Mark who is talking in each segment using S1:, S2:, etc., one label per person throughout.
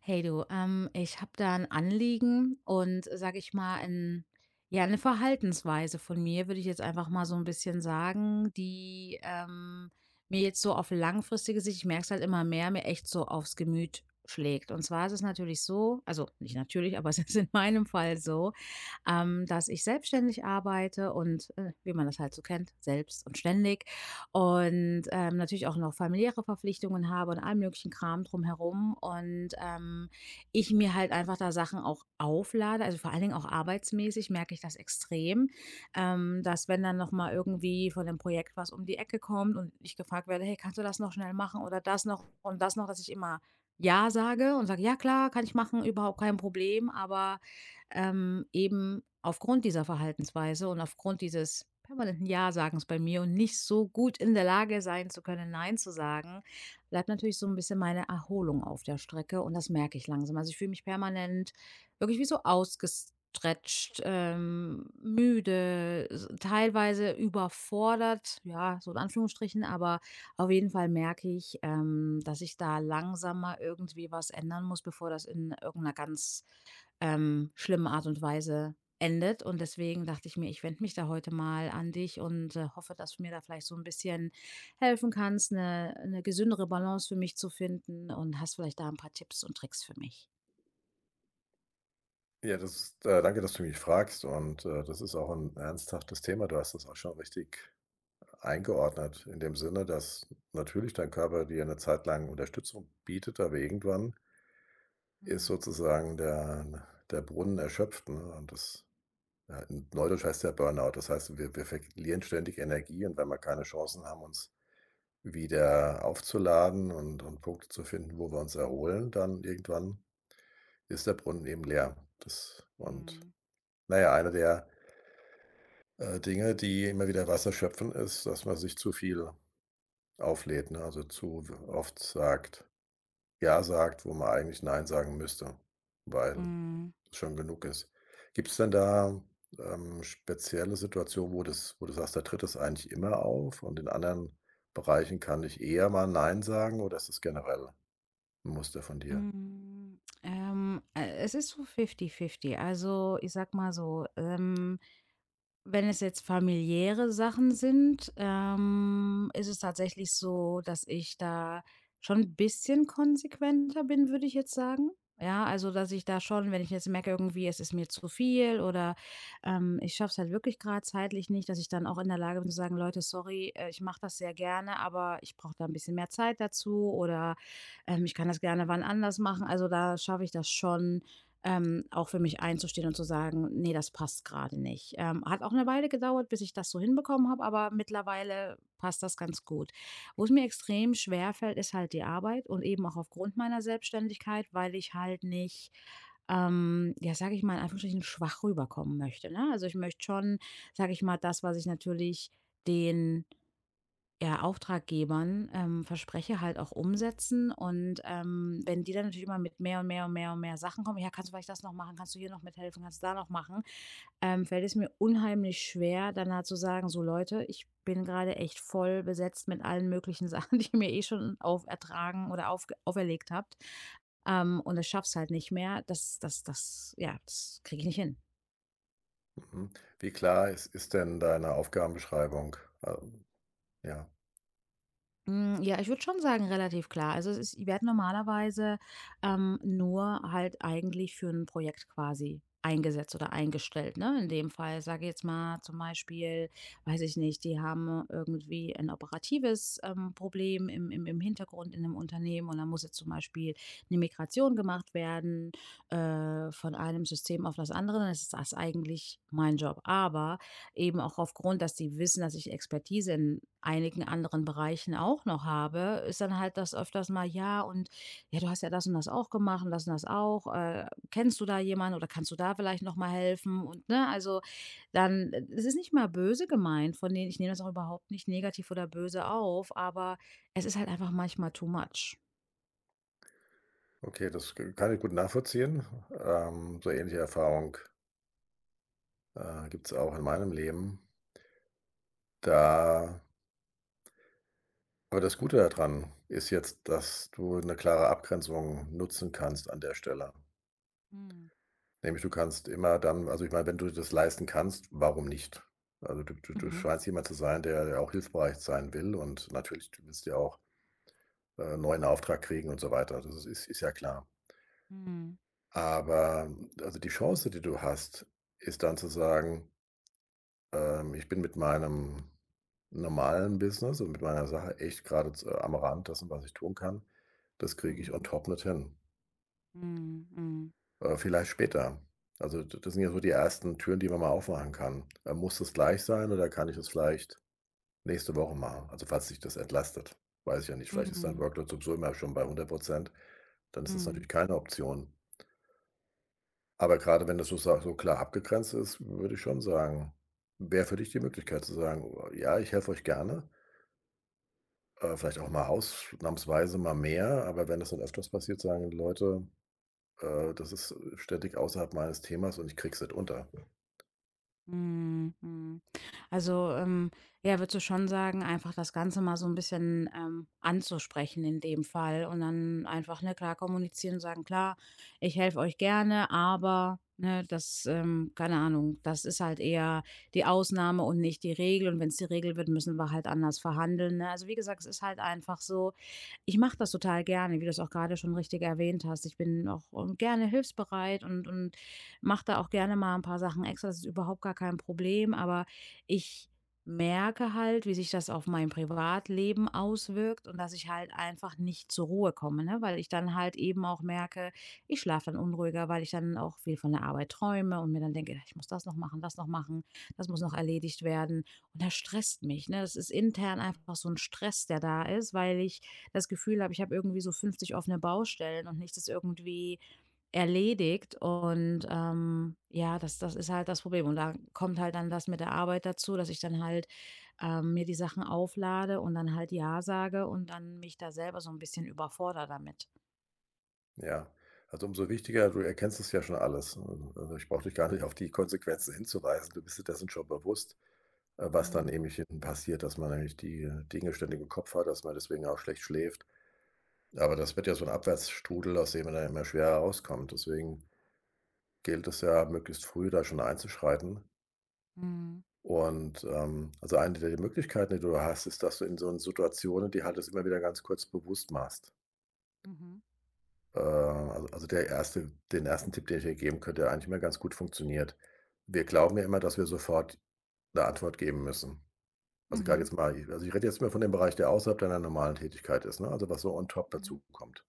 S1: Hey du, ich habe da ein Anliegen und sage ich mal, 'ne Verhaltensweise von mir, würde ich jetzt einfach mal so ein bisschen sagen, die, mir jetzt so auf langfristige Sicht ich merke es halt immer mehr, mir echt so aufs Gemüt schlägt. Und zwar ist es natürlich so, also, nicht natürlich, aber es ist in meinem Fall so, dass ich selbstständig arbeite und, wie man das halt so kennt, selbst und ständig und, natürlich auch noch familiäre Verpflichtungen habe und all möglichen Kram drumherum und, ich mir halt einfach da Sachen auch auflade, also vor allen Dingen auch arbeitsmäßig merke ich das extrem, dass wenn dann noch mal irgendwie von dem Projekt was um die Ecke kommt und ich gefragt werde: „Hey, kannst du das noch schnell machen oder das noch und das noch?“, dass ich immer ja sage und sage: „Ja klar, kann ich machen, überhaupt kein Problem“, aber eben aufgrund dieser Verhaltensweise und aufgrund dieses permanenten Ja-Sagens bei mir und nicht so gut in der Lage sein zu können, Nein zu sagen, bleibt natürlich so ein bisschen meine Erholung auf der Strecke und das merke ich langsam. Also, ich fühle mich permanent wirklich wie so ausgestretcht, müde, s teilweise überfordert, ja, so in Anführungsstrichen, aber auf jeden Fall merke ich, dass ich da langsam mal irgendwie was ändern muss, bevor das in irgendeiner ganz schlimmen Art und Weise endet. Und deswegen dachte ich mir, ich wende mich da heute mal an dich und, hoffe, dass du mir da vielleicht so ein bisschen helfen kannst, eine gesündere Balance für mich zu finden, und hast vielleicht da ein paar Tipps und Tricks für mich.
S2: Ja, das ist danke, dass du mich fragst und, das ist auch ein ernsthaftes Thema. Du hast das auch schon richtig eingeordnet in dem Sinne, dass natürlich dein Körper dir eine Zeit lang Unterstützung bietet, aber irgendwann ist
S1: Mhm.
S2: sozusagen der Brunnen erschöpft, ne? Und das, ja, in Neudeutsch heißt der Burnout. Das heißt, wir verlieren ständig Energie, und wenn wir keine Chancen haben, uns wieder aufzuladen und Punkte zu finden, wo wir uns erholen, dann irgendwann ist der Brunnen eben leer. Das und
S1: Mhm.
S2: naja, einer der Dinge, die immer wieder Wasser schöpfen, ist, dass man sich zu viel auflädt, ne? Also zu w oft sagt ja sagt, wo man eigentlich nein sagen müsste, weil
S1: Mhm.
S2: es schon genug ist. Gibt es denn da, spezielle Situationen, wo das wo du sagst, da tritt das eigentlich immer auf, und in anderen Bereichen kann ich eher mal nein sagen, oder ist das generell ein Muster von dir?
S1: Mhm. Es ist so 50-50. Also, ich sag mal so, wenn es jetzt familiäre Sachen sind, ist es tatsächlich so, dass ich da schon ein bisschen konsequenter bin, würde ich jetzt sagen. Ja, also, dass ich da schon, wenn ich jetzt merke irgendwie, es ist mir zu viel oder, ich schaffe es halt wirklich gerade zeitlich nicht, dass ich dann auch in der Lage bin zu sagen: „Leute, sorry, ich mache das sehr gerne, aber ich brauche da ein bisschen mehr Zeit dazu“ oder: „Ich kann das gerne wann anders machen.“ Also, da schaffe ich das schon, auch für mich einzustehen und zu sagen: „Nee, das passt gerade nicht.“ Hat auch eine Weile gedauert, bis ich das so hinbekommen habe, aber mittlerweile passt das ganz gut. Wo es mir extrem schwer fällt, ist halt die Arbeit, und eben auch aufgrund meiner Selbstständigkeit, weil ich halt nicht, ja, sage ich mal, in Anführungsstrichen schwach rüberkommen möchte, ne? Also, ich möchte schon, sage ich mal, das, was ich natürlich den ja, Auftraggebern, verspreche, halt auch umsetzen. Und wenn die dann natürlich immer mit mehr und mehr und mehr und mehr Sachen kommen, ja, kannst du vielleicht das noch machen, kannst du hier noch mithelfen, kannst du da noch machen, fällt es mir unheimlich schwer, dann halt zu sagen: „So Leute, ich bin gerade echt voll besetzt mit allen möglichen Sachen, die ihr mir eh schon aufertragen oder auferlegt habt. Und ich schaff's halt nicht mehr. Das kriege ich nicht hin.“
S2: Mhm. Wie klar ist denn deine Aufgabenbeschreibung? Ähm, ja.
S1: Hm, ja, ich würde schon sagen, relativ klar. Also, es ist ich werde normalerweise, nur halt eigentlich für ein Projekt quasi eingesetzt oder eingestellt, ne? In dem Fall, sage ich jetzt mal, zum Beispiel, weiß ich nicht, die haben irgendwie ein operatives, Problem im Hintergrund in 'nem Unternehmen, und da muss jetzt zum Beispiel eine Migration gemacht werden, von einem System auf das andere, dann ist das eigentlich mein Job. Aber eben auch aufgrund, dass die wissen, dass ich Expertise in einigen anderen Bereichen auch noch habe, ist dann halt das öfters mal: „Ja, und ja, du hast ja das und das auch gemacht und das auch. Kennst du da jemanden oder kannst du da vielleicht noch mal helfen?“ Und, ne, also, dann, es ist nicht mal böse gemeint von denen, ich nehme das auch überhaupt nicht negativ oder böse auf, aber es ist halt einfach manchmal too much.
S2: Okay, das k kann ich gut nachvollziehen. So ähnliche Erfahrung, gibt es auch in meinem Leben. Da, aber das Gute daran ist jetzt, dass du eine klare Abgrenzung nutzen kannst an der Stelle.
S1: Mhm.
S2: Nämlich du kannst immer dann, also, ich meine, wenn du das leisten kannst, warum nicht? Also, du
S1: Mhm.
S2: scheinst jemand zu sein, der auch hilfsbereit sein will, und natürlich, du willst ja auch, einen neuen Auftrag kriegen und so weiter. Also, das ist ja klar.
S1: Mhm.
S2: Aber also, die Chance, die du hast, ist dann zu sagen: ich bin mit meinem normalen Business und mit meiner Sache echt gerade z am Rand dessen, was ich tun kann. Das kriege ich on
S1: Mhm.
S2: top nicht hin.
S1: Mhm.
S2: Vielleicht später. Also, d das sind ja so die ersten Türen, die man mal aufmachen kann. Muss das gleich sein, oder kann ich es vielleicht nächste Woche machen? Also, falls sich das entlastet. Weiß ich ja nicht,
S1: Mhm.
S2: vielleicht ist dein
S1: Mhm.
S2: Workload sowieso immer schon bei 100%. Dann ist das
S1: Mhm.
S2: natürlich keine Option. Aber gerade wenn das so sa so klar abgegrenzt ist, würde ich schon sagen, wäre für dich die Möglichkeit zu sagen: oh, „Ja, ich helfe euch gerne, vielleicht auch mal ausnahmsweise mal mehr, aber wenn das dann öfters passiert, sagen die Leute, das ist ständig außerhalb meines Themas und ich krieg's nicht unter.“
S1: Mhm, mhm. Also, ja, würdest du schon sagen, einfach das Ganze mal so ein bisschen, anzusprechen in dem Fall, und dann einfach, ne, klar kommunizieren und sagen: „Klar, ich helfe euch gerne, aber, ne, das, keine Ahnung, das ist halt eher die Ausnahme und nicht die Regel, und wenn es die Regel wird, müssen wir halt anders verhandeln“, ne? Also, wie gesagt, es ist halt einfach so, ich mache das total gerne, wie du es auch gerade schon richtig erwähnt hast. Ich bin auch, gerne hilfsbereit, und mache da auch gerne mal ein paar Sachen extra. Das ist überhaupt gar kein Problem, aber ich merke halt, wie sich das auf mein Privatleben auswirkt, und dass ich halt einfach nicht zur Ruhe komme, ne? Weil ich dann halt eben auch merke, ich schlafe dann unruhiger, weil ich dann auch viel von der Arbeit träume und mir dann denke: „Ich muss das noch machen, das noch machen, das muss noch erledigt werden.“ Und das stresst mich, ne? Das ist intern einfach so ein Stress, der da ist, weil ich das Gefühl habe, ich habe irgendwie so 50 offene Baustellen und nichts ist irgendwie erledigt. Und ja, das, das ist halt das Problem. Und da kommt halt dann das mit der Arbeit dazu, dass ich dann halt, mir die Sachen auflade und dann halt ja sage und dann mich da selber so ein bisschen überfordere damit.
S2: Ja. Also, umso wichtiger, du erkennst es ja schon alles. Also ich brauche dich gar nicht auf die Konsequenzen hinzuweisen. Du bist dir dessen schon bewusst, was dann eben
S1: Mm,
S2: hinten passiert, dass man nämlich die Dinge ständig im Kopf hat, dass man deswegen auch schlecht schläft. Aber das wird ja so ein Abwärtsstrudel, aus dem man dann immer schwerer rauskommt. Deswegen gilt es ja, möglichst früh da schon einzuschreiten.
S1: mm,
S2: Und, also eine der Möglichkeiten, die du hast, ist, dass du in so 'n Situationen die halt das immer wieder ganz kurz bewusst machst.
S1: mhm,
S2: Also der erste den ersten Tipp, den ich dir geben könnte, der eigentlich immer ganz gut funktioniert: Wir glauben ja immer, dass wir sofort eine Antwort geben müssen.
S1: mhm,
S2: Also gerade
S1: mhm.
S2: jetzt mal, ich rede jetzt mal von dem Bereich, der außerhalb deiner normalen Tätigkeit ist, ne, also was so on top
S1: Mhm.
S2: dazu kommt.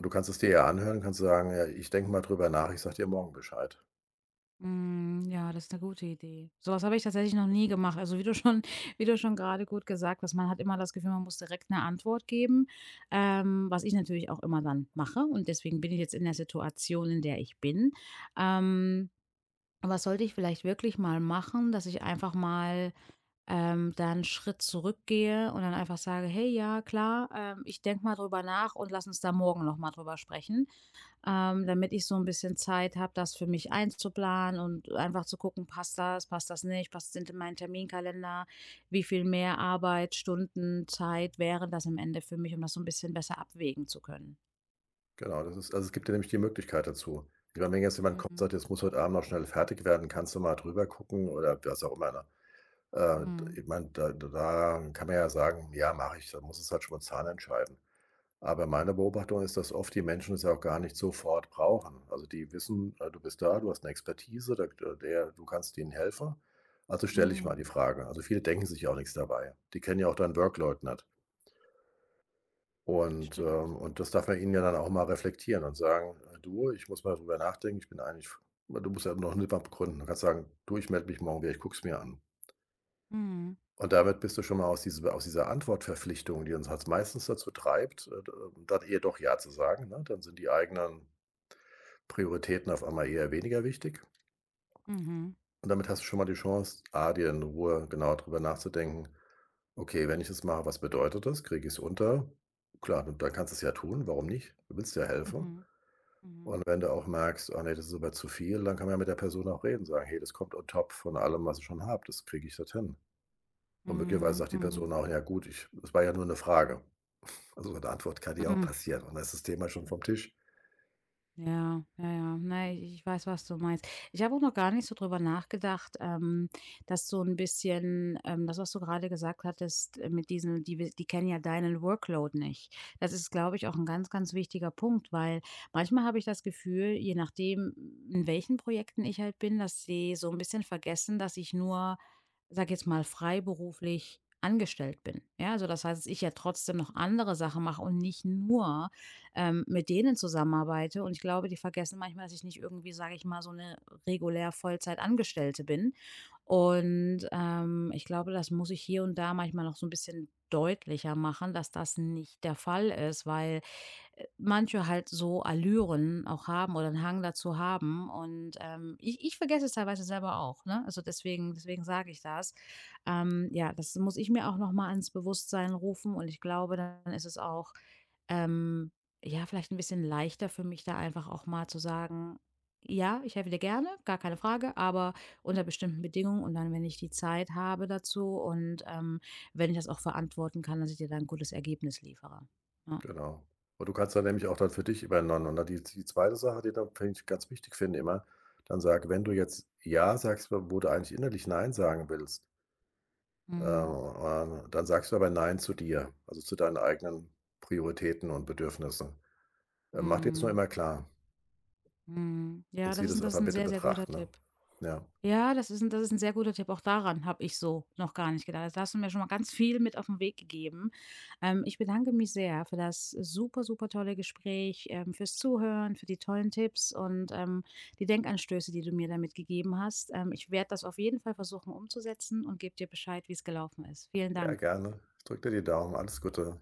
S2: Du kannst es dir ja anhören, kannst sagen: „Ja, ich denke mal drüber nach, ich sage dir morgen Bescheid.“
S1: Hm, ja, das ist eine gute Idee. So was habe ich tatsächlich noch nie gemacht. Also, wie du schon wie du schon gerade gut gesagt hast, man hat immer das Gefühl, man muss direkt eine Antwort geben, was ich natürlich auch immer dann mache, und deswegen bin ich jetzt in der Situation, in der ich bin. Ähm, Was sollte ich vielleicht wirklich mal machen, dass ich einfach mal, da 'n Schritt zurückgehe und dann einfach sage: „Hey, ja, klar, ich denke mal drüber nach und lass uns da morgen noch mal drüber sprechen“, damit ich so ein bisschen Zeit habe, das für mich einzuplanen und einfach zu gucken: passt das nicht, passt sind in meinen Terminkalender, wie viel mehr Arbeit, Stunden, Zeit wären das am Ende für mich, um das so ein bisschen besser abwägen zu können.
S2: Genau, das ist, also, es gibt dir nämlich die Möglichkeit dazu. Ich meine, wenn jetzt jemand kommt und
S1: Mhm.
S2: sagt: „Jetzt muss heute Abend noch schnell fertig werden, kannst du mal drüber gucken?“ oder was auch immer, ne? D
S1: Mhm.
S2: ich meine, da kann man ja sagen: „Ja, mache ich.“ Dann muss es halt spontan entscheiden. Aber meine Beobachtung ist, dass oft die Menschen es ja auch gar nicht sofort brauchen. Also, die wissen, du bist da, du hast eine Expertise, da der du kannst denen helfen. Also, stelle ich mal
S1: Mhm.
S2: die Frage. Also, viele denken sich ja auch nichts dabei. Die kennen ja auch deinen Workload nicht.
S1: Stimmt.
S2: Und das darf man ihnen ja dann auch mal reflektieren und sagen: du, ich muss mal drüber nachdenken, ich bin eigentlich…“ Du musst ja noch nicht mal begründen. Du kannst sagen: „Du, ich melde mich morgen wieder, ich gucke es mir an.“
S1: Mhm.
S2: Und damit bist du schon mal aus dieser Antwortverpflichtung, die uns halt meistens dazu treibt, dann eher doch ja zu sagen, ne? Dann sind die eigenen Prioritäten auf einmal eher weniger wichtig.
S1: Mhm.
S2: Und damit hast du schon mal die Chance, A, dir in Ruhe genau drüber nachzudenken: „Okay, wenn ich das mache, was bedeutet das? Kriege ich es unter?“ Klar, d dann kannst du es ja tun, warum nicht? Du willst ja helfen.
S1: Mhm. Mhm.
S2: Und wenn du auch merkst: „oh nee, das ist aber zu viel“, dann kann man ja mit der Person auch reden, sagen: „Hey, das kommt on top von allem, was ich schon habe. Das kriege ich dort hin.“ Und möglicherweise
S1: Mhm.
S2: sagt die
S1: Mhm.
S2: Person auch: „Ja gut, ich, es war ja nur eine Frage.“ Also, 'ne Antwort kann dir auch
S1: Mhm.
S2: passieren, und dann ist das Thema schon vom Tisch.
S1: Ja, ja, ja. Ne, ich weiß, was du meinst. Ich habe auch noch gar nicht so drüber nachgedacht, dass so ein bisschen, das, was du gerade gesagt hattest, mit diesen, die kennen ja deinen Workload nicht. Das ist, glaube ich, auch ein ganz, ganz wichtiger Punkt, weil manchmal habe ich das Gefühl, je nachdem, in welchen Projekten ich halt bin, dass sie so ein bisschen vergessen, dass ich nur, sag jetzt mal, freiberuflich angestellt bin. Ja, also, das heißt, dass ich ja trotzdem noch andere Sachen mache und nicht nur, mit denen zusammenarbeite. Und ich glaube, die vergessen manchmal, dass ich nicht irgendwie, sage ich mal, so eine regulär Vollzeitangestellte bin. Und, ich glaube, das muss ich hier und da manchmal noch so ein bisschen deutlicher machen, dass das nicht der Fall ist, weil, manche halt so Allüren auch haben oder einen Hang dazu haben. Und, ich vergesse es teilweise selber auch, ne? Also, deswegen sage ich das. Ja, das muss ich mir auch noch mal ans Bewusstsein rufen, und ich glaube, dann ist es auch, ähm, ja, vielleicht ein bisschen leichter für mich, da einfach auch mal zu sagen: „Ja, ich helfe dir gerne, gar keine Frage, aber unter bestimmten Bedingungen, und dann, wenn ich die Zeit habe dazu, und, wenn ich das auch verantworten kann, dass ich dir dann ein gutes Ergebnis liefere.“ Ja.
S2: Genau. Und du kannst dann nämlich auch dann für dich übereinander, und dann die zweite Sache, die dann, finde ich, ganz wichtig finde immer: Dann sag, wenn du jetzt „ja“ sagst, wo du eigentlich innerlich „nein“ sagen willst,
S1: Mhm.
S2: dann sagst du aber „nein“ zu dir, also zu deinen eigenen Prioritäten und Bedürfnissen. Mach dir das nur
S1: Mhm.
S2: immer klar
S1: Mhm.
S2: und
S1: Ja, das
S2: zieh
S1: ist,
S2: das
S1: das ist
S2: einfach
S1: ein
S2: bitte in
S1: sehr, sehr guter
S2: Betracht, ne?
S1: Tipp.
S2: Ja.
S1: Ja, das ist ein sehr guter Tipp. Auch daran habe ich so noch gar nicht gedacht. Also, da hast du mir schon mal ganz viel mit auf den Weg gegeben. Ich bedanke mich sehr für das super, super tolle Gespräch, fürs Zuhören, für die tollen Tipps und, die Denkanstöße, die du mir damit gegeben hast. Ich werde das auf jeden Fall versuchen umzusetzen und gebe dir Bescheid, wie es gelaufen ist. Vielen
S2: Ja,
S1: Dank.
S2: gerne. Ich drücke dir die Daumen. Alles Gute.